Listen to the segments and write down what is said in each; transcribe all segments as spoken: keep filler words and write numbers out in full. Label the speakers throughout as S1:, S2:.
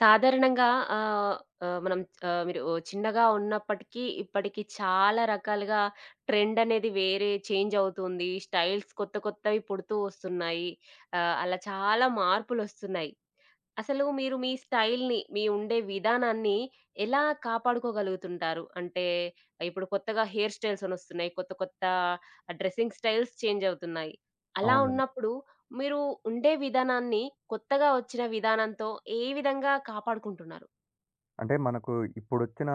S1: సాధారణంగా ఆహ్, ఆహ్, మనం ఆహ్, మీరు చిన్నగా ఉన్నప్పటికీ, ఇప్పటికి చాలా రకాలుగా ట్రెండ్ అనేది వేరే చేంజ్ అవుతుంది. స్టైల్స్ కొత్త కొత్తవి పుడుతూ వస్తున్నాయి. ఆహ్, అలా చాలా మార్పులొస్తున్నాయి. అసలు మీరు మీ స్టైల్‌ని, మీ ఉండే విధానాన్ని ఎలా కాపాడుకోగలుగుతుంటారు? అంటే ఇప్పుడు కొత్తగా హెయిర్ స్టైల్స్ అని వస్తున్నాయి. కొత్త కొత్త డ్రెసింగ్ స్టైల్స్ చేంజ్ అవుతున్నాయి. అలా
S2: అవునండి.
S1: ఉన్నప్పుడు మీరు ఉండే విధానాన్ని కొత్తగా వచ్చిన విధానంతో ఏ విధంగా కాపాడుకుంటున్నారు?
S2: అంటే మనకు ఇప్పుడొచ్చిన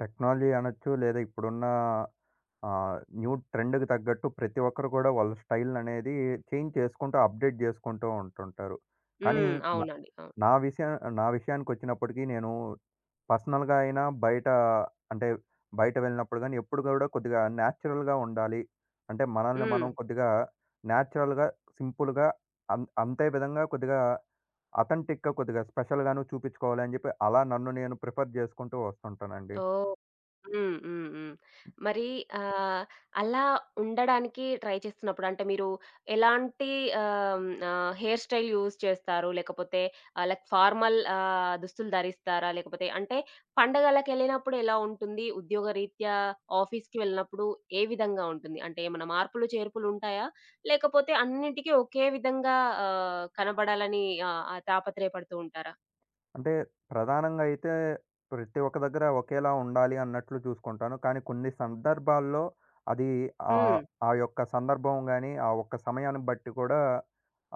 S2: టెక్నాలజీ అనొచ్చు, లేదా ఇప్పుడున్న ఆహ్, న్యూ ట్రెండ్‌కి తగ్గట్టు ప్రతి ఒక్కరు కూడా వాళ్ళ స్టైల్‌ననేది చేంజ్ చేసుకుంటూ, అప్‌డేట్ చేసుకుంటూ ఉంటుంటారు. కానీ
S1: హ్మ్. అవునండి. అవును.
S2: నా విషయం నా విషయానికి వచ్చినప్పటికి నేను పర్సనల్‌గా అయినా బయట అంటే బయట వెళ్ళినప్పుడు గాని ఎప్పుడు కూడా కొద్దిగా నేచురల్‌గా ఉండాలి. అంటే మనల్ని
S1: హ్మ్.
S2: మనం కొద్దిగా నేచురల్‌గా, సింపుల్‌గా అం అంతే విధంగా కొద్దిగా అథెంటిక్‌గా కొద్దిగా స్పెషల్‌గాను చూపించుకోవాలి అని చెప్పి అలా నన్ను నేను ప్రిఫర్ చేసుకుంటూ వస్తుంటానండి.
S1: ఓహ్! హ్మ్. హ్మ్. హ్మ్. మరి ఆహ్, అలా ఉండడానికి ట్రై చేస్తున్నప్పుడు అంటే మీరు ఎలాంటి ఆహ్, ఆహ్, హెయిర్ స్టైల్ యూజ్ చేస్తారు? లేకపోతే ఆహ్, లైక్ ఫార్మల్ ఆహ్, దుస్తులు ధరిస్తారా? లేకపోతే అంటే పండగలకెళ్ళినప్పుడు ఎలా ఉంటుంది? ఉద్యోగరీత్యా ఆఫీస్‌కి వెళ్ళినప్పుడు ఏ విధంగా ఉంటుంది? అంటే ఏమన్నా మార్పులు, చేర్పులు ఉంటాయా? లేకపోతే అన్నిటికి ఒకే విధంగా ఆహ్, కనబడాలని ఆహ్, ఆహ్, తాపత్రయపడుతూ ఉంటారా?
S2: అంటే ప్రధానంగా అయితే ప్రతి ఒక్క దగ్గర ఒకేలా ఉండాలి అన్నట్లు చూసుకుంటాను. కానీ కొన్ని సందర్భాల్లో అది ఆహ్,
S1: హ్మ్.
S2: ఆ యొక్క సందర్భం గాని, ఆ ఒక్క సమయాన్ని బట్టి కూడా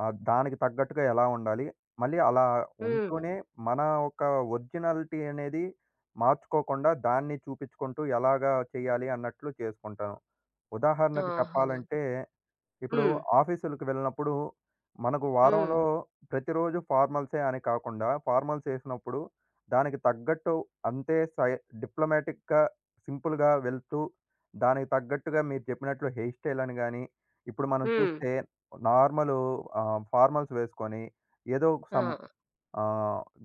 S2: ఆహ్, దానికి తగ్గట్టుగా ఎలా ఉండాలి. మళ్ళీ అలా
S1: హ్మ్.
S2: ఉంటూనే మన ఒక ఒరిజినాలిటీ అనేది మార్చుకోకుండా దాన్ని చూపించుకుంటూ ఎలాగా చేయాలి అన్నట్లు చేసుకుంటాను. ఉదాహరణకు
S1: ఆహా!
S2: చెప్పాలంటే ఇప్పుడు
S1: హ్మ్.
S2: ఆఫీసులకి వెళ్ళినప్పుడు మనకు
S1: హ్మ్.
S2: వారంలో ప్రతిరోజు ఫార్మల్సే అని కాకుండా ఫార్మల్స్ వేసినప్పుడు దానికి తగ్గట్టు అంతే సై డిప్లొమాటిక్గా సింపుల్గా వెళ్తూ దానికి తగ్గట్టుగా మీరు చెప్పినట్లు హెయిర్ స్టైల్ అని కానీ ఇప్పుడు మనం
S1: హ్మ్.
S2: చూస్తే నార్మల్ ఫార్మల్స్ వేసుకొని ఏదో సమ్
S1: ఆ!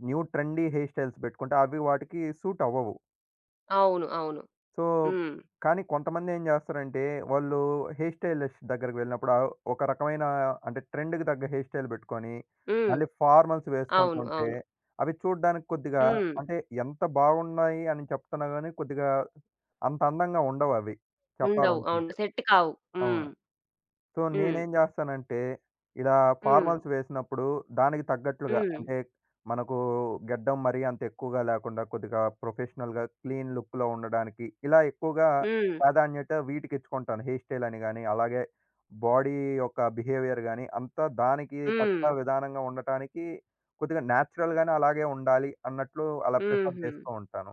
S2: న్యూ ట్రెండీ హెయిర్ స్టైల్స్ పెట్టుకుంటే అవి వాటికి సూట్ అవ్వవు.
S1: అవును. అవును.
S2: సో,
S1: హ్మ్.
S2: కానీ కొంతమందేం జేస్తారంటే, వాళ్ళు హెయిర్ స్టైలిస్ట్ దగ్గరికి వెళ్ళినప్పుడు ఆహ్, ఒక రకమైన అంటే ట్రెండ్‌కి తగ్గ హెయిర్ స్టైల్ పెట్టుకొని,
S1: హ్మ్.
S2: మళ్ళీ ఫార్మల్స్
S1: అవును.
S2: వేసుకుంటుంటే,
S1: అవును.
S2: అవి చూడ్డానికి కొద్దిగా
S1: హ్మ్.
S2: అంటే ఎంత బాగున్నాయి అని చెప్తున్నా గానీ, కొద్దిగా అంత అందంగా ఉండవవి
S1: ఉండవు. అవును.
S2: చెప్పాలనుకుంటే.
S1: సెట్ కావు. హ్మ్.
S2: అవును. సో,
S1: హ్మ్.
S2: నేనేం జేస్తానంటే, ఇలా
S1: హ్మ్.
S2: ఫార్మల్స్ వేసినప్పుడు దానికి తగ్గట్లుగా
S1: హ్మ్.
S2: అంటే, మనకు గడ్డం మరీ అంత ఎక్కువగా లేకుండా, కొద్దిగా ప్రొఫెషనల్‌గా క్లీన్ లుక్‌లో ఉండడానికి, ఇలా ఎక్కువగా
S1: హ్మ్.
S2: ప్రాధాన్యత వీటికిచ్చుకుంటాను. హెయిర్ స్టైల్ అని గాని, అలాగే బాడీ యొక్క బిహేవియర్ గాని, అంతా దానికి
S1: హ్మ్.
S2: తగ్గ విధానంగా ఉండటానికి కొద్దిగా నేచురల్‌గానే అలాగే ఉండాలి అన్నట్లు అలా ప్రిఫర్
S1: హుహు.
S2: జేస్తూ ఉంటాను.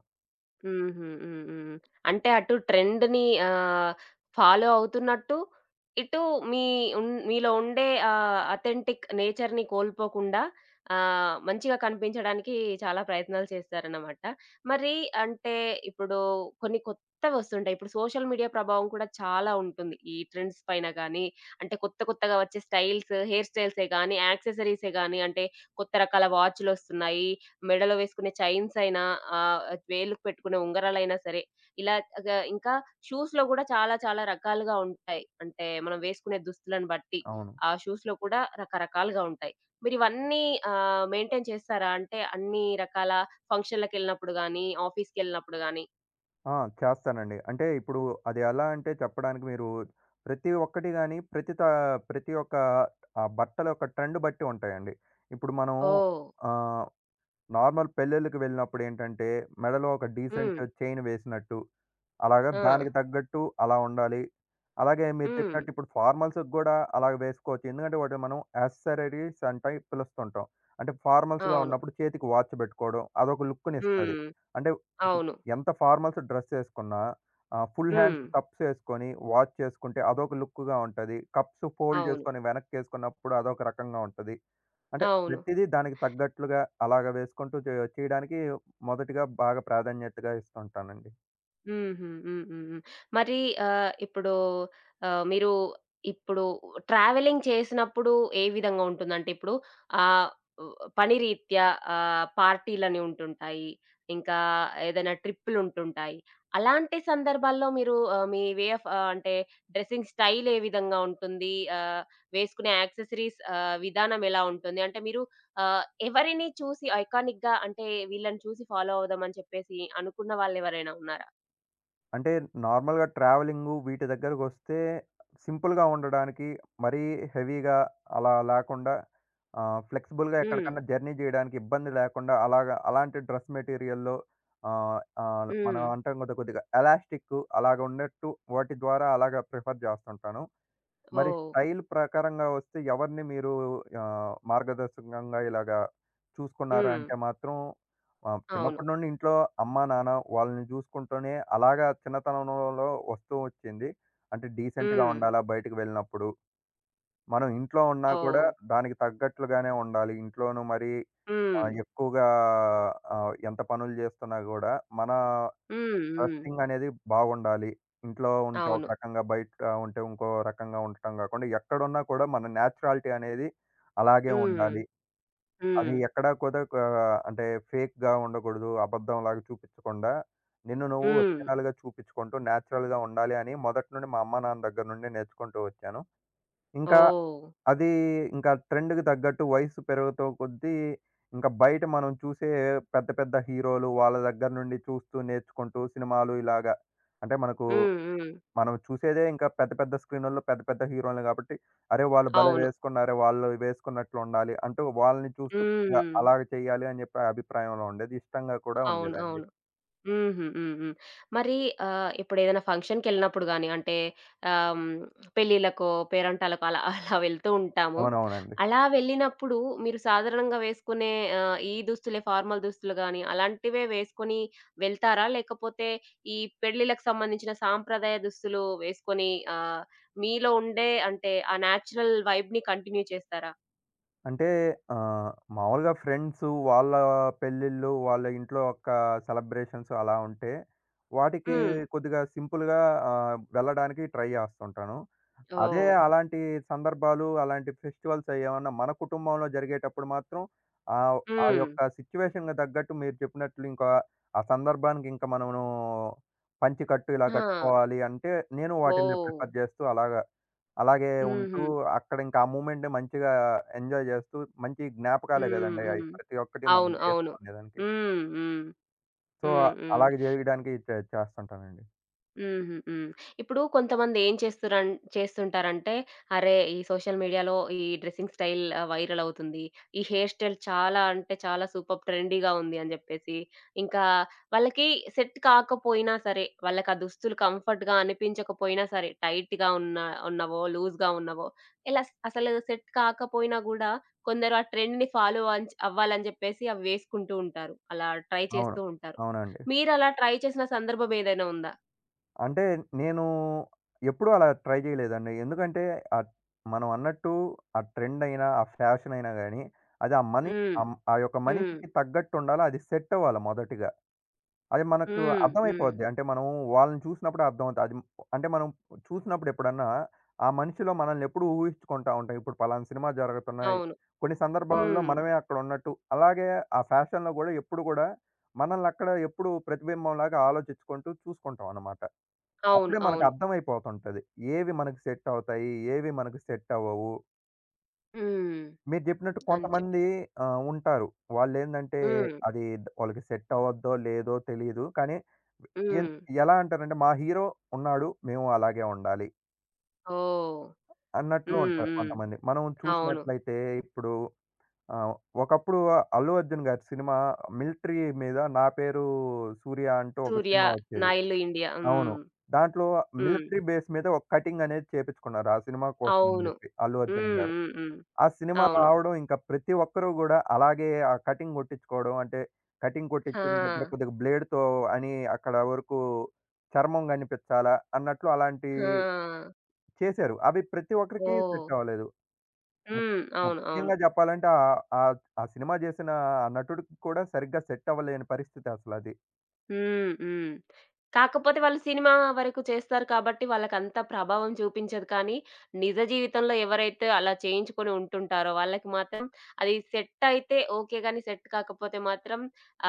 S1: హుహు. హ్మ్. హ్మ్. అంటే అటు ట్రెండ్‌ని ఆహ్, ఫాలో అవుతున్నట్టు, ఇటు మీ ఉన్ మీలో ఉండే ఆహ్, అథెంటిక్ నేచర్‌ని కోల్పోకుండా ఆహ్, మంచిగా కనిపించడానికి చాలా ప్రయత్నాలు చేస్తారన్నమాట. మరి అంటే ఇప్పుడు కొన్ని కొత్తవొస్తుంటాయి. ఇప్పుడు సోషల్ మీడియా ప్రభావం కూడా చాలా ఉంటుంది. ఈ ట్రెండ్స్ పైన గానీ, అంటే కొత్త కొత్తగా వచ్చే స్టైల్స్, హెయిర్ స్టైల్సే గానీ, యాక్సెసరీసే గానీ, అంటే కొత్త రకాల వాచులొస్తున్నాయి. మెడలో వేసుకునే చైన్స్ అయినా, ఆహ్, వేలుకి పెట్టుకునే ఉంగరాలైనా సరే, ఇలా గ ఇంకా షూస్‌లో గూడా చాలా చాలా రకాలుగా ఉంటాయి. అంటే మనం వేసుకునే దుస్తులను బట్టి,
S2: అవును.
S1: ఆ షూస్‌లో కూడా రకరకాలుగా ఉంటాయి. మీరివన్నీ ఆహ్, మెయింటైన్ చేస్తారా? అంటే అన్ని రకాల ఫంక్షన్‌లకెళ్ళినప్పుడు గానీ, ఆఫీస్‌కెళ్ళినప్పుడు గానీ?
S2: ఆ! చేస్తానండి. అంటే ఇప్పుడు అది ఎలా అంటే చెప్పడానికి మీరు ప్రతి ఒక్కటి గాని ప్రతి త ప్రతి ఒక్క ఆ బట్టల యొక్క ట్రెండ్ బట్టి ఉంటాయండి. ఇప్పుడు మనం అవును.
S1: ఓహ్!
S2: ఆహ్, నార్మల్ పెళ్ళిళ్ళకి వెళ్ళినప్పుడు ఏంటంటే మెడలో ఒక
S1: హ్మ్.
S2: డీసెంట్ చైన్ వేసినట్టు అలాగా
S1: ఆ!
S2: దానికి తగ్గట్టు అలా ఉండాలి. అలాగే మీరు
S1: హ్మ్.
S2: చెప్పినట్టు ఇప్పుడు ఫార్మల్స్‌కి గూడా అలాగ వేసుకోవచ్చు. ఎందుకంటే వాటిని మనం యాక్సెసరీస్ అంటే పిలుస్తుంటాం. అంటే ఫార్మల్స్‌గా
S1: అవును.
S2: ఉన్నప్పుడు చేతికి వాచ్ బెట్టుకోవడం అదొక లుక్కునిస్తది.
S1: హ్మ్.
S2: అంటే
S1: అవును.
S2: ఎంత ఫార్మల్స్ డ్రెస్ ఏసుకున్నా ఆహ్, ఫుల్
S1: హ్మ్.
S2: హ్యాండ్స్ కప్స్ ఏసుకొని వాచ్ చేసుకుంటే అదొక లుక్‌గా ఉంటది. కప్స్ ఫోల్డ్
S1: అవును.
S2: చేసుకొని వెనక్కేసుకున్నప్పుడు అదొక రకంగా ఉంటది. అంటే
S1: అవును.
S2: ప్రతిదీ దానికి తగ్గట్లుగా అలాగ వేసుకుంటూ చే చేయడానికి మొదటిగా బాగా ప్రాధాన్యతగా ఇస్తుంటానండి.
S1: హుహు. హ్మ్. హ్మ్. హ్మ్. మరి ఆహ్, ఇప్పుడు ఆహ్, మీరు ఇప్పుడు ట్రావెలింగ్ చేసినప్పుడు ఏ విధంగా ఉంటుందంటే ఇప్పుడు ఆహ్, ఉ పని రీత్యా ఆహ్, పార్టీలని ఉంటుంటాయి. ఇంకా ఏదైనా ట్రిప్పులు ఉంటుంటాయి. అలాంటి సందర్భాల్లో మీరు ఆహ్, మీ వే ఆఫ్ ఆహ్, అంటే డ్రెసింగ్ స్టైల్ ఏ విధంగా ఉంటుంది? ఆహ్, వేసుకునే యాక్సెసరీస్ ఆహ్, విధానం ఎలా ఉంటుంది? అంటే మీరు ఆహ్, ఎవరిని చూసి ఐకానిక్‌గా అంటే వీళ్ళని చూసి ఫాలో అవుదాం అని చెప్పేసి అనుకున్న వాళ్ళెవరైనా ఉన్నారా?
S2: అంటే నార్మల్‌గా ట్రావెలింగు వీటి దగ్గరకొస్తే సింపుల్‌గా ఉండడానికి మరీ హెవీగా అలా లేకుండా ఆహ్, ఫ్లెక్సిబుల్‌గా
S1: హ్మ్.
S2: ఎక్కడికన్నా జర్నీ చేయడానికి ఇబ్బంది లేకుండా అలాగా అలాంటి డ్రెస్ మెటీరియల్‌లో ఆహ్, ఆహ్, మనం
S1: హ్మ్.
S2: అంటాం కదా కొద్దిగా ఎలాస్టిక్కు అలాగ ఉన్నట్టు వాటి ద్వారా అలాగా ప్రిఫర్ చేస్తుంటాను. మరి
S1: ఓహ్!
S2: స్టైల్ ప్రకారంగా వస్తే ఎవరిని మీరు ఆహ్, మార్గదర్శకంగా ఇలాగా చూసుకున్నారు
S1: హ్మ్.
S2: అంటే మాత్రం ఆహ్,
S1: అవును.
S2: చిన్నప్పటి నుండి ఇంట్లో అమ్మ, నాన్న వాళ్ళని చూసుకుంటూనే అలాగా చిన్నతనంలో వస్తూ వచ్చింది. అంటే డీసెంట్‌గా
S1: హ్మ్.
S2: ఉండాలా బయటికి వెళ్ళినప్పుడు. మనం ఇంట్లో ఉన్నా కూడా
S1: ఓహ్!
S2: దానికి తగ్గట్లుగానే ఉండాలి. ఇంట్లోనూ మరి
S1: హ్మ్.
S2: ఆహ్, ఎక్కువగా ఆహ్, ఎంత పనులు చేస్తున్నా కూడా మన
S1: హ్మ్. హ్మ్.
S2: డ్రెస్సింగ్ అనేది బాగుండాలి. ఇంట్లో ఉంటే ఒక
S1: అవును.
S2: రకంగా, బయట ఉంటే ఇంకో రకంగా ఉండటం గాకుండా, ఎక్కడున్నా కూడా మన నేచురాలిటీ అనేది అలాగే
S1: హ్మ్.
S2: ఉండాలి. అది
S1: హ్మ్.
S2: ఎక్కడా కూడా క అంటే ఫేక్‌గా ఉండకూడదు. అబద్ధంలాగా చూపించకుండా, నిన్ను నువ్వు
S1: హ్మ్.
S2: ఒరిజినల్‌గా చూపించుకుంటూ నేచురల్‌గా ఉండాలి అని మొదటి నుండి మా అమ్మ, నాన్న దగ్గర నుండి నేర్చుకుంటూ వచ్చాను. ఇంకా
S1: ఓహ్!
S2: అది ఇంకా ట్రెండ్‌కి తగ్గట్టు వయసు పెరుగుతూ కొద్దీ, ఇంకా బయట మనం చూసే పెద్ద పెద్ద హీరోలు వాళ్ళ దగ్గర నుండి చూస్తూ నేర్చుకుంటూ సినిమాలు ఇలాగా. అంటే మనకు
S1: హ్మ్. హ్మ్.
S2: మనం చూసేదే ఇంకా పెద్ద పెద్ద స్క్రీనుల్లో పెద్ద పెద్ద హీరోల్ని కాబట్టి, అరే! వాళ్ళు భలే
S1: అవును.
S2: వేసుకున్నారే! వాళ్ళు వేసుకున్నట్లు ఉండాలి. అంటూ వాళ్ళని చూస్తూ కొద్దిగా
S1: హ్మ్.
S2: అలాగ చేయాలి అని చెప్పి అభిప్రాయంలో ఉండేది. ఇష్టంగా కూడా
S1: అవును.
S2: ఉండేదండి.
S1: అవును. హుహు. హ్మ్. హ్మ్. మరి ఆహ్, ఇప్పుడేదైనా ఫంక్షన్‌కెళ్ళినప్పుడు గాని అంటే ఆహ్, హ్మ్, పెళ్ళిళ్ళకో, పేరంటాలకో అలా అలా వెళ్తూ ఉంటాము.
S2: అవునవునండి.
S1: అలా వెళ్ళినప్పుడు మీరు సాధారణంగా వేసుకునే ఆహ్, ఈ దుస్తులే ఫార్మల్ దుస్తులు గాని అలాంటివే వేసుకొని వెళ్తారా? లేకపోతే ఈ పెళ్ళిళ్ళకి సంబంధించిన సాంప్రదాయ దుస్తులు వేసుకొని ఆహ్, మీలో ఉండే అంటే ఆ నేచురల్ వైబ్‌ని కంటిన్యూ చేస్తారా?
S2: అంటే ఆహ్, మామూలుగా ఫ్రెండ్సు వాళ్ళ పెళ్ళిళ్ళు, వాళ్ళ ఇంట్లో యొక్క సెలబ్రేషన్స్ అలా ఉంటే, వాటికి
S1: హ్మ్.
S2: కొద్దిగా సింపుల్‌గా ఆహ్, వెళ్ళడానికి ట్రై జేస్తుంటాను. అదే
S1: ఓహ్!
S2: అలాంటి సందర్భాలు, అలాంటి ఫెస్టివల్స్ ఏమన్నా మన కుటుంబంలో జరిగేటప్పుడు మాత్రం ఆహ్, ఆ
S1: హ్మ్.
S2: యొక్క సిట్యుయేషన్‌కి తగ్గట్టు మీరు చెప్పినట్లు ఇంకా ఆ సందర్భానికి ఇంకా మనము పంచెకట్టు ఇలా
S1: ఆ!
S2: కట్టుకోవాలి అంటే, నేను వాటిల్ని
S1: ఓహ్!
S2: ప్రిఫర్ జేస్తూ అలాగా అలాగే ఉంటూ
S1: హుహు.
S2: అక్కడ ఇంకా ఆ మూమెంట్‌ని మంచిగా ఎంజాయ్ చేస్తూ మంచి జ్ఞాపకాలే
S1: హ్మ్.
S2: గదండీ! అయి
S1: హ్మ్.
S2: ప్రతి ఒక్కటి మనం
S1: అవును. అవును.
S2: చేసుకునేదానికి.
S1: హ్మ్. హ్మ్.
S2: సో,
S1: హ్మ్. హ్మ్.
S2: అలాగే జేయడానికి చే చేస్తుంటానండి.
S1: హుహు. హ్మ్. ఇప్పుడు కొంతమంది ఏం చేస్తురన్ చేస్తుంటారంటే, అరే! ఈ సోషల్ మీడియాలో ఈ డ్రెసింగ్ స్టైల్ ఆహ్, వైరల్ అవుతుంది. ఈ హెయిర్ స్టైల్ చాలా అంటే చాలా సూపర్బ్ ట్రెండీగా ఉంది అని జెప్పేసి, ఇంకా వాళ్ళకి సెట్ కాకపోయినా సరే, వాళ్ళకి ఆ దుస్తులు కంఫర్ట్‌గా అనిపించకపోయినా సరే, టైట్‌గా ఉన్న ఉన్నవో, లూజ్‌గా ఉన్నవో, ఇలా స్- అసలు సెట్ కాకపోయినా గూడా కొందరు ఆ ట్రెండ్‌ని ఫాలో అన్ అవ్వాలని జెప్పేసి అవి వేసుకుంటూ ఉంటారు. అలా ట్రై
S2: అవును.
S1: చేస్తూ ఉంటారు.
S2: అవునండి.
S1: మీరలా ట్రై చేసిన సందర్భం ఏదైనా ఉందా?
S2: అంటే నేను ఎప్పుడూ అలా ట్రై జేయలేదండి. ఎందుకంటే ఆహ్, మనం అన్నట్టు ఆ ట్రెండ్ అయినా, ఆ ఫ్యాషన్ అయినా గానీ అది ఆ మని
S1: హ్మ్.
S2: ఆహ్, ఆ యొక్క
S1: హ్మ్.
S2: మనిషికి తగ్గట్టుండాలా. అది సెట్ అవ్వాలి మొదటిగా. అది మనకు
S1: హ్మ్. హ్మ్.
S2: అర్థమైపోద్ది. అంటే మనం వాళ్ళని చూసినప్పుడే అర్థమవుద్ది. అది మ- అంటే మనం చూసినప్పుడు ఎప్పుడన్నా ఆ మనిషిలో మనల్ని ఎప్పుడూ ఊహించుకుంటా ఉంటాం. ఇప్పుడు పలానా సినిమా జరుగుతున్నాయి.
S1: అవును.
S2: కొన్ని సందర్భాల్లో
S1: హ్మ్.
S2: మనమే అక్కడ ఉన్నట్టు. అలాగే ఆ ఫ్యాషన్‌లో గూడా ఎప్పుడు గూడా మనల్ని అక్కడ ఎప్పుడు ప్రతిబింబంలాగా ఆలోచించుకుంటూ చూసుకుంటాం అన్నమాట.
S1: అవును.
S2: అప్పుడే మనకు
S1: అవును.
S2: అర్థమైపోతుంటది. ఏవి మనకు సెట్ అవుతాయి, ఏవి మనకు సెట్ అవ్వవు.
S1: హ్మ్.
S2: మీరు జెప్పినట్టు
S1: అని
S2: కొంతమంది
S1: చెప్పేసి.
S2: ఆహ్, ఉంటారు. వాళ్ళేందంటే
S1: హ్మ్.
S2: అది ద- వాళ్ళకి సెట్ అవ్వద్దో లేదో తెలీదు. కానీ ఎన్
S1: హ్మ్.
S2: ఎలా అంటారంటే, మా హీరో ఉన్నాడు. మేము అలాగే ఉండాలి
S1: ఓహ్!
S2: అన్నట్లు
S1: హ్మ్.
S2: ఉంటారు
S1: హ్మ్.
S2: కొంతమంది. మనం
S1: అవును.
S2: చూసినట్లయితే ఇప్పుడు ఆహ్, ఒకప్పుడు 'అల్లు అర్జున్' గారి సినిమా మిలిటరీ మీద 'నా పేరు సూర్య' అంటూ ఒక
S1: 'సూర్య',
S2: సినిమా
S1: 'నా
S2: వచ్చేది.
S1: ఇల్లు ఇండియా'.
S2: అవును.
S1: హ్మ్.
S2: దాంట్లో
S1: హ్మ్.
S2: మిలిటరీ బేస్ మీద ఒక కటింగ్ అనేది చేపించుకున్నారు. ఆ సినిమా కోసం అని
S1: అవును.
S2: జెప్పి 'అల్లు అర్జున్'
S1: హ్మ్.
S2: గారు.
S1: హ్మ్. హ్మ్.
S2: ఆ సినిమా
S1: అవును.
S2: రావడం ఇంకా ప్రతి ఒక్కరు గూడా అలాగే ఆ కటింగ్ కొట్టించుకోవడం. అంటే కటింగ్
S1: ఆ!
S2: కొట్టించిన దగ్గర కొద్దిగా బ్లేడ్‌తో అని అక్కడ వరకు చర్మం కనిపించాలా అన్నట్లు అలాంటివి
S1: ఆ!
S2: చేశారు. అవి ప్రతి ఒక్కరికి
S1: ఓహ్!
S2: సెట్ అవ్వలేదు. ము
S1: హ్మ్. అవును. అవును.
S2: ముఖ్యంగా చెప్పాలంటే ఆహ్, ఆహ్, ఆ సినిమా చేసిన ఆ నటుడికి కూడా సరిగ్గా సెట్ అవ్వలేని పరిస్థితి అసలది.
S1: హ్మ్. హ్మ్. కాకపోతే వాళ్ళు సినిమా వరకు చేస్తారు కాబట్టి వాళ్ళకంత ప్రభావం చూపించదు. కానీ నిజ జీవితంలో ఎవరైతే అలా చేయించుకొని ఉంటుంటారో వాళ్ళకి మాత్రం అది సెట్ అయితే ఓకే. గానీ సెట్ కాకపోతే మాత్రం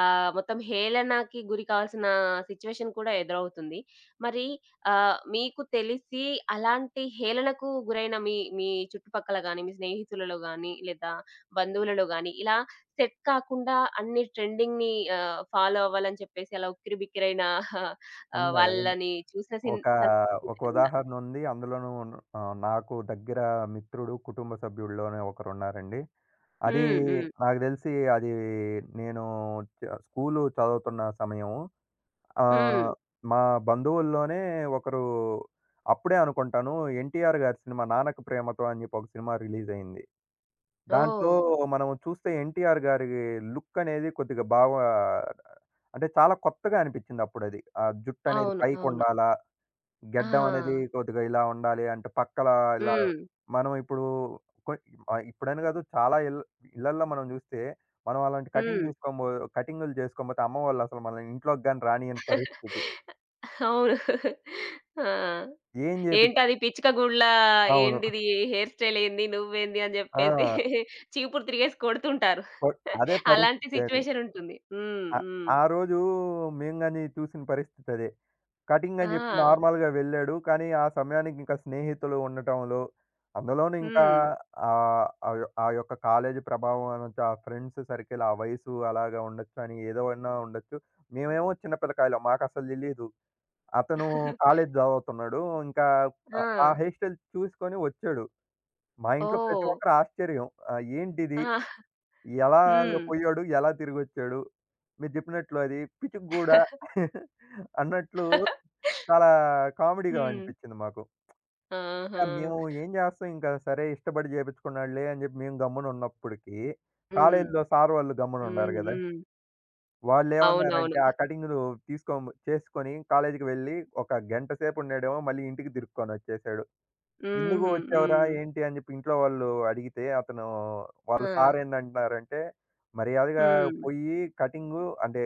S1: ఆహ్, మొత్తం హేళనకి గురి కావాల్సిన సిట్యుయేషన్ కూడా ఎదురవుతుంది. మరి ఆహ్, మీకు తెలిసి అలాంటి హేళనకు గురైన మీ మీ చుట్టుపక్కల గాని, మీ స్నేహితులలో గాని, లేదా బంధువులలో గాని ఇలా సెట్ కాకుండా అన్ని ట్రెండింగ్‌ని ఆహ్, ఫాలో అవ్వాలని చెప్పేసి అలా ఉక్కిరిబిక్కిరైన ఆహ్,
S2: ఉంది. ఉంది.
S1: వాళ్ళని చూసిన సిన్
S2: ఒక, ఒక
S1: సందర్భాలున్నా.
S2: ఉదాహరణ ఉంది. అందులోనూ ఆహ్, నాకు దగ్గర మిత్రుడు, కుటుంబ సభ్యుల్లోనే ఒకరున్నారండి. అది
S1: హ్మ్. హ్మ్.
S2: నాకు తెలిసి అది నేను చ స్కూలు చదువుతున్న సమయం.
S1: హ్మ్.
S2: ఆహ్, మా బంధువుల్లోనే ఒకరు అప్పుడే అనుకుంటాను 'ఎన్టీఆర్' గారి సినిమా 'నాన్నకు ప్రేమతో' అని చెప్పి ఒక సినిమా రిలీజ్ అయింది. దాంట్లో
S1: ఓహ్!
S2: మనం చూస్తే 'ఎన్టీఆర్' గారి లుక్ అనేది కొద్దిగా బాగా అంటే చాలా కొత్తగా అనిపించింది అప్పుడది. ఆ జుట్టనేది
S1: అవును.
S2: పైకి
S1: అవును.
S2: ఉండాలా?
S1: ఆ!
S2: గెడ్డం అనేది కొద్దిగా ఇలా ఉండాలి అంటే పక్కల ఇలా
S1: హ్మ్.
S2: మనం ఇప్పుడు కొ ఆహ్, ఇప్పుడని కాదు చాలా ఇల్ ఇళ్లల్లో మనం చూస్తే మనం అలాంటి కటింగ్
S1: హ్మ్.
S2: తీసుకోబో కటింగులు చేసుకోకపోతే అమ్మ వాళ్ళు అసలు మనల్ని ఇంట్లోకి గాని రానీయని పరిస్థితి.
S1: అవును. ఆ!
S2: ఏం చేపించినా
S1: ఏంటది పిచ్చుక గూడ్లా
S2: అవును.
S1: ఏందిది హెయిర్ స్టైల్ ఏంది? నువ్వేంది? అని జెప్పేసి
S2: ఆ!
S1: చీపురు తిరిగేసి కొడుతుంటారు.
S2: కొ అదే
S1: అలాంటి
S2: పరిస్థితి అది.
S1: సిట్యుయేషన్ ఉంటుంది. హ్మ్.
S2: ఆ!
S1: హ్మ్.
S2: ఆ రోజు మేము గాని చూసిన పరిస్థితి అదే. కటింగ్ అని చెప్పి
S1: ఆ!
S2: నార్మల్‌గా వెళ్ళాడు. కానీ, ఆ సమయానికి ఇంకా స్నేహితులు ఉండటంలో, అందులోనూ ఇంకా
S1: హ్మ్.
S2: ఆహ్, ఆ యొ ఆ యొక్క కాలేజీ ప్రభావం అనొచ్చు, ఆ ఫ్రెండ్స్ సర్కిల్, ఆ వయసు అలాగా ఉండొచ్చు అని ఏదోవన్నా ఉండొచ్చు. మేమేమో చిన్న పిల్లకాయలం మాకసలు తెలీదు. అతను కాలేజీ చదువుతున్నాడు. ఇంకా ఆ
S1: ఆ!
S2: ఆ హెయిర్ స్టైల్ చూసుకొని వచ్చాడు. మా ఇంట్లో ప్రతి
S1: ఓహ్!
S2: ఒక్కరు ఆశ్చర్యం. ఆహ్, ఏంటిది?
S1: ఆ!
S2: ఎలాగ
S1: హ్మ్.
S2: పోయాడు? ఎలా తిరిగొచ్చాడు? మీరు జెప్పినట్లు అది పిచ్చుక గూడా అన్నట్లు చాలా కామెడీగా హ్మ్.
S1: హ్మ్.
S2: అనిపిచ్చింది మాకు.
S1: ఆహా!
S2: ఇంకా మేము ఏం జేస్తాం ఇంకా సరే ఇష్టపడి జేపిచ్చుకున్నాడులే అని జెప్పి మేము గమ్మున ఉన్నప్పటికి,
S1: హ్మ్.
S2: కాలేజీలో సార్ వాళ్ళు గమ్మున ఉండారు
S1: హ్మ్.
S2: గదా!
S1: హ్మ్. అవునవును.
S2: వాళ్ళేమన్నారంటే ఆ కటింగ్‌లు తీసుకో చేసుకొని కాలేజీకి వెళ్ళి ఒక గంట సేపు ఉండేడేమో మళ్ళీ ఇంటికి తిరుక్కొనొచ్చేసాడు. ఎందుకు
S1: హుహు.
S2: వచ్చావురా?
S1: హ్మ్.
S2: ఏంటి? అని జెప్పి ఇంట్లో వాళ్ళు అడిగితే అతను వాళ్ళ
S1: ఆ!
S2: సార్ ఏందంటున్నారంటే, మర్యాదగా
S1: హ్మ్.
S2: పోయి కటింగు అంటే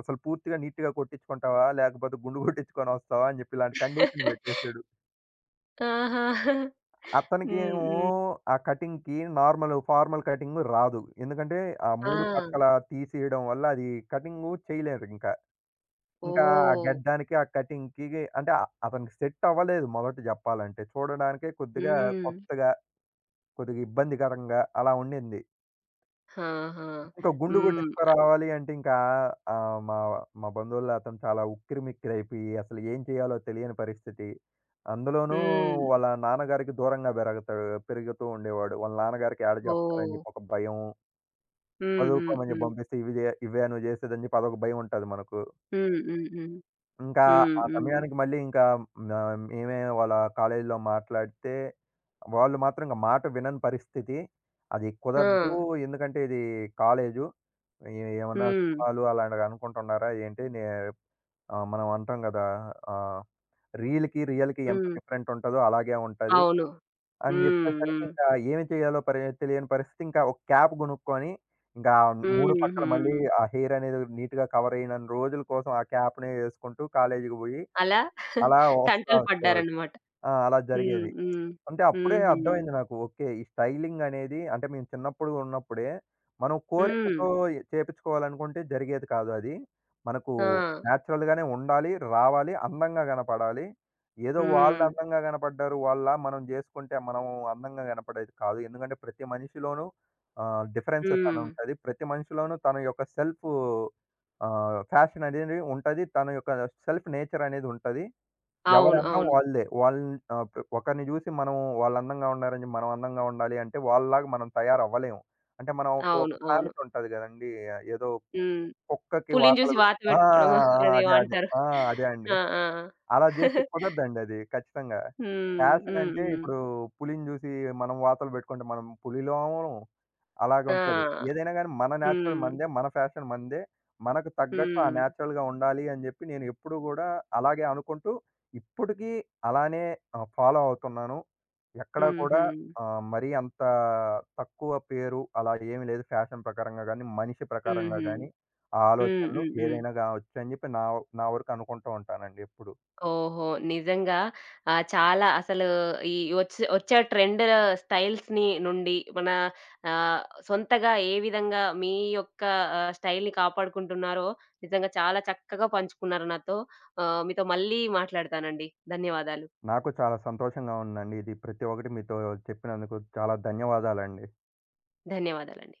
S2: అసలు పూర్తిగా నీట్‌గా కొట్టించుకుంటావా? లేకపోతే గుండు కొట్టించుకొనొస్తావా? అని జెప్పి ఇలాంటి కండిషన్ బెట్టేసాడు.
S1: ఆహా! హ్మ్.
S2: అతనికేమో
S1: హ్మ్.
S2: ఆ కటింగ్‌కి నార్మల్ ఫార్మల్ కటింగు రాదు. ఎందుకంటే ఆ
S1: ఆ!
S2: మూడు పక్కల తీసేయడం వల్ల అది కటింగు చేయలేరింకా. ఇంకా ఇంకా ఆ
S1: ఓహ్!
S2: గడ్డానికి, ఆ కటింగ్‌కి అంటే ఆ- అతనికి సెట్ అవ్వలేదు మొదట జెప్పాలంటే. చూడడానికే కొద్దిగా
S1: హ్మ్.
S2: కొత్తగా కొద్దిగా ఇబ్బందికరంగా అలా ఉండింది.
S1: ఆహా!
S2: ఇంకా గుండు హ్మ్.
S1: హ్మ్.
S2: కొట్టించుకురావాలి అంటే ఇంకా ఆహ్, మా మా బంధువుల్లో అతను చాలా ఉక్కిరిమిక్కిరైపోయి అసలు ఏం చేయాలో తెలియని పరిస్థితి. అందులోనూ
S1: హ్మ్.
S2: హ్మ్. వాళ్ళ నాన్నగారికి దూరంగా బెరగతాడు పెరుగుతూ ఉండేవాడు. వాళ్ళ నాన్నగారికి ఏడ జెప్తారని
S1: ఓహ్!
S2: జెప్పి ఒక భయం.
S1: హ్మ్.
S2: చదువుకోమని జెప్పి
S1: హ్మ్.
S2: పంపిస్తే ఇవి జే ఇవే నువ్వు జేసేదని జెప్పి అదొక భయం ఉంటది మనకు.
S1: హ్మ్. హ్మ్. హ్మ్.
S2: ఇంకా
S1: హ్మ్. హ్మ్.
S2: ఆ
S1: హ్మ్.
S2: సమయానికి మళ్ళీ ఇంకా నా మేమే వాళ్ళ కాలేజీలో మాట్లాడితే, వాళ్ళు మాత్రం ఇంక మాట వినని పరిస్థితి. అది
S1: ఆ!
S2: కుదరదు. ఎందుకంటే ఇది కాలేజు. ఏ ఏమన్నా
S1: హ్మ్.
S2: సినిమాలు అలాంటివి అనుకుంటున్నారా ఏంటి? నే ఆహ్, మనం అంటాం గదా! ఆహ్, రీల్‌కి, రియల్‌కి ఎంత
S1: హ్మ్.
S2: డిఫరెంట్ ఉంటదో అలాగే ఉంటది.
S1: అవును.
S2: అని జెప్పేసరికి
S1: హ్మ్.
S2: ఇంకా ఏమి చేయాలో పరి తెలియని పరిస్థితి. ఇంకా ఒక క్యాప్ గొనుక్కొని, ఇంకా మూడు
S1: హ్మ్.
S2: పక్కల
S1: హుహు.
S2: మళ్ళీ ఆ హెయిర్ అనేది నీట్‌గా కవర్ అయినన్ని రోజుల కోసం ఆ క్యాప్‌నే యేసుకుంటూ కాలేజీకి బోయి
S1: అలా
S2: అలా వస్తా
S1: తంటలు
S2: వచ్చేవాడు.
S1: పడ్డారన్నమాట.
S2: ఆ! అలా
S1: హ్మ్.
S2: జరిగేది.
S1: హ్మ్.
S2: అంటే అప్పుడే
S1: హుహు.
S2: అర్థమైంది నాకు. ఓకే. ఈ స్టైలింగ్ అనేది అంటే మేము చిన్నప్పుడు ఉన్నప్పుడే మనం
S1: హ్మ్.
S2: కోరికతో చేపించుకోవాలనుకుంటే జరిగేది కాదు అది. మనకు
S1: ఆ!
S2: నేచురల్‌గానే ఉండాలి, రావాలి, అందంగా కనపడాలి. ఏదో వాళ్ళు
S1: హ్మ్.
S2: అందంగా కనపడ్డారు. వాళ్ళలా మనం చేసుకుంటే మనం అందంగా కనపడేది కాదు. ఎందుకంటే ప్రతి మనిషిలోనూ ఆహ్, డిఫరెన్సెస్ అని
S1: హ్మ్.
S2: ఉంటది. ప్రతి మనిషిలోనూ తన యొక్క సెల్ఫ్ ఆహ్, ఫ్యాషన్ అనేది ఉంటది. తన యొక్క సెల్ఫ్ నేచర్ అనేది ఉంటది.
S1: అవును.
S2: ఎవరన్నా
S1: అవును.
S2: వాళ్ళే. వాళ్ళ్ ఆహ్, పె ఒకరిని జూసి మనం వాళ్ళు అందంగా ఉన్నారని జెప్పి మనం అందంగా ఉండాలి అంటే వాళ్ళలాగా మనం తయారవ్వలేము. అంటే మనం ఒక ఒక
S1: అవును. అవును.
S2: సామెతుంటది గదండీ! ఏదో
S1: హ్మ్.
S2: కుక్కకి
S1: పులిని
S2: వాతలు
S1: చూసి
S2: బె
S1: వాత
S2: ఆ! ఆ!
S1: పెట్టుకోవడం
S2: ఆ! అదే.
S1: అదేమో
S2: అదే.
S1: అంటారు.
S2: ఆ! అదే అండి.
S1: ఆ! ఆ!
S2: అలా జేస్తే కుదరదండి అది ఖచ్చితంగా.
S1: హ్మ్.
S2: ఫ్యాషన్
S1: హ్మ్.
S2: అంటే
S1: హ్మ్.
S2: ఇప్పుడు పులిని జూసి మనం వాతలు బెట్టుకుంటే మనం పులిలం అవ్వము. అలాగుంటది.
S1: ఆ!
S2: ఏదైనా గాని మన నేచురల్
S1: హ్మ్.
S2: మనదే. మన ఫ్యాషన్ మనదే. మనకు తగ్గట్టు ఆ
S1: హ్మ్.
S2: నేచురల్‌గా ఉండాలి అని జెప్పి నేను ఎప్పుడు గూడా అలాగే అనుకుంటూ ఇప్పటికీ అలానే ఆహ్, ఫాలో అవుతున్నాను. ఎక్కడ
S1: హుహు.
S2: కూడా ఆహ్, మరీ అంత తక్కువ పేరు అలా ఏమి లేదు ఫ్యాషన్ ప్రకారంగా గాని, మనిషి ప్రకారంగా
S1: హుహు.
S2: గాని ఆ
S1: హ్మ్.
S2: ఆలోచనలు
S1: హ్మ్. హ్మ్.
S2: ఏదైనా గావచ్చు అని జెప్పి నా నా వరకు అనుకుంటూ ఉంటానండి ఎప్పుడు.
S1: ఓహో! నిజంగా ఆహ్, చాలా అసలు ఈ వచ్చే వచ్చే ట్రెండ్ స్టైల్స్‌ని నుండి మన ఆహ్, సొంతగా ఏ విధంగా మీ యొక్క ఆహ్, స్టైల్‌ని కాపాడుకుంటున్నారో నిజంగా చాలా చక్కగా పంచుకున్నారు నాతో. ఆహ్, మీతో మళ్ళీ మాట్లాడతానండి. ధన్యవాదాలు.
S2: నాకు చాలా సంతోషంగా ఉందండి. ఇది ప్రతి ఒక్కటి మీతో చెప్పినందుకు చాలా ధన్యవాదాలండి.
S1: ధన్యవాదాలండి.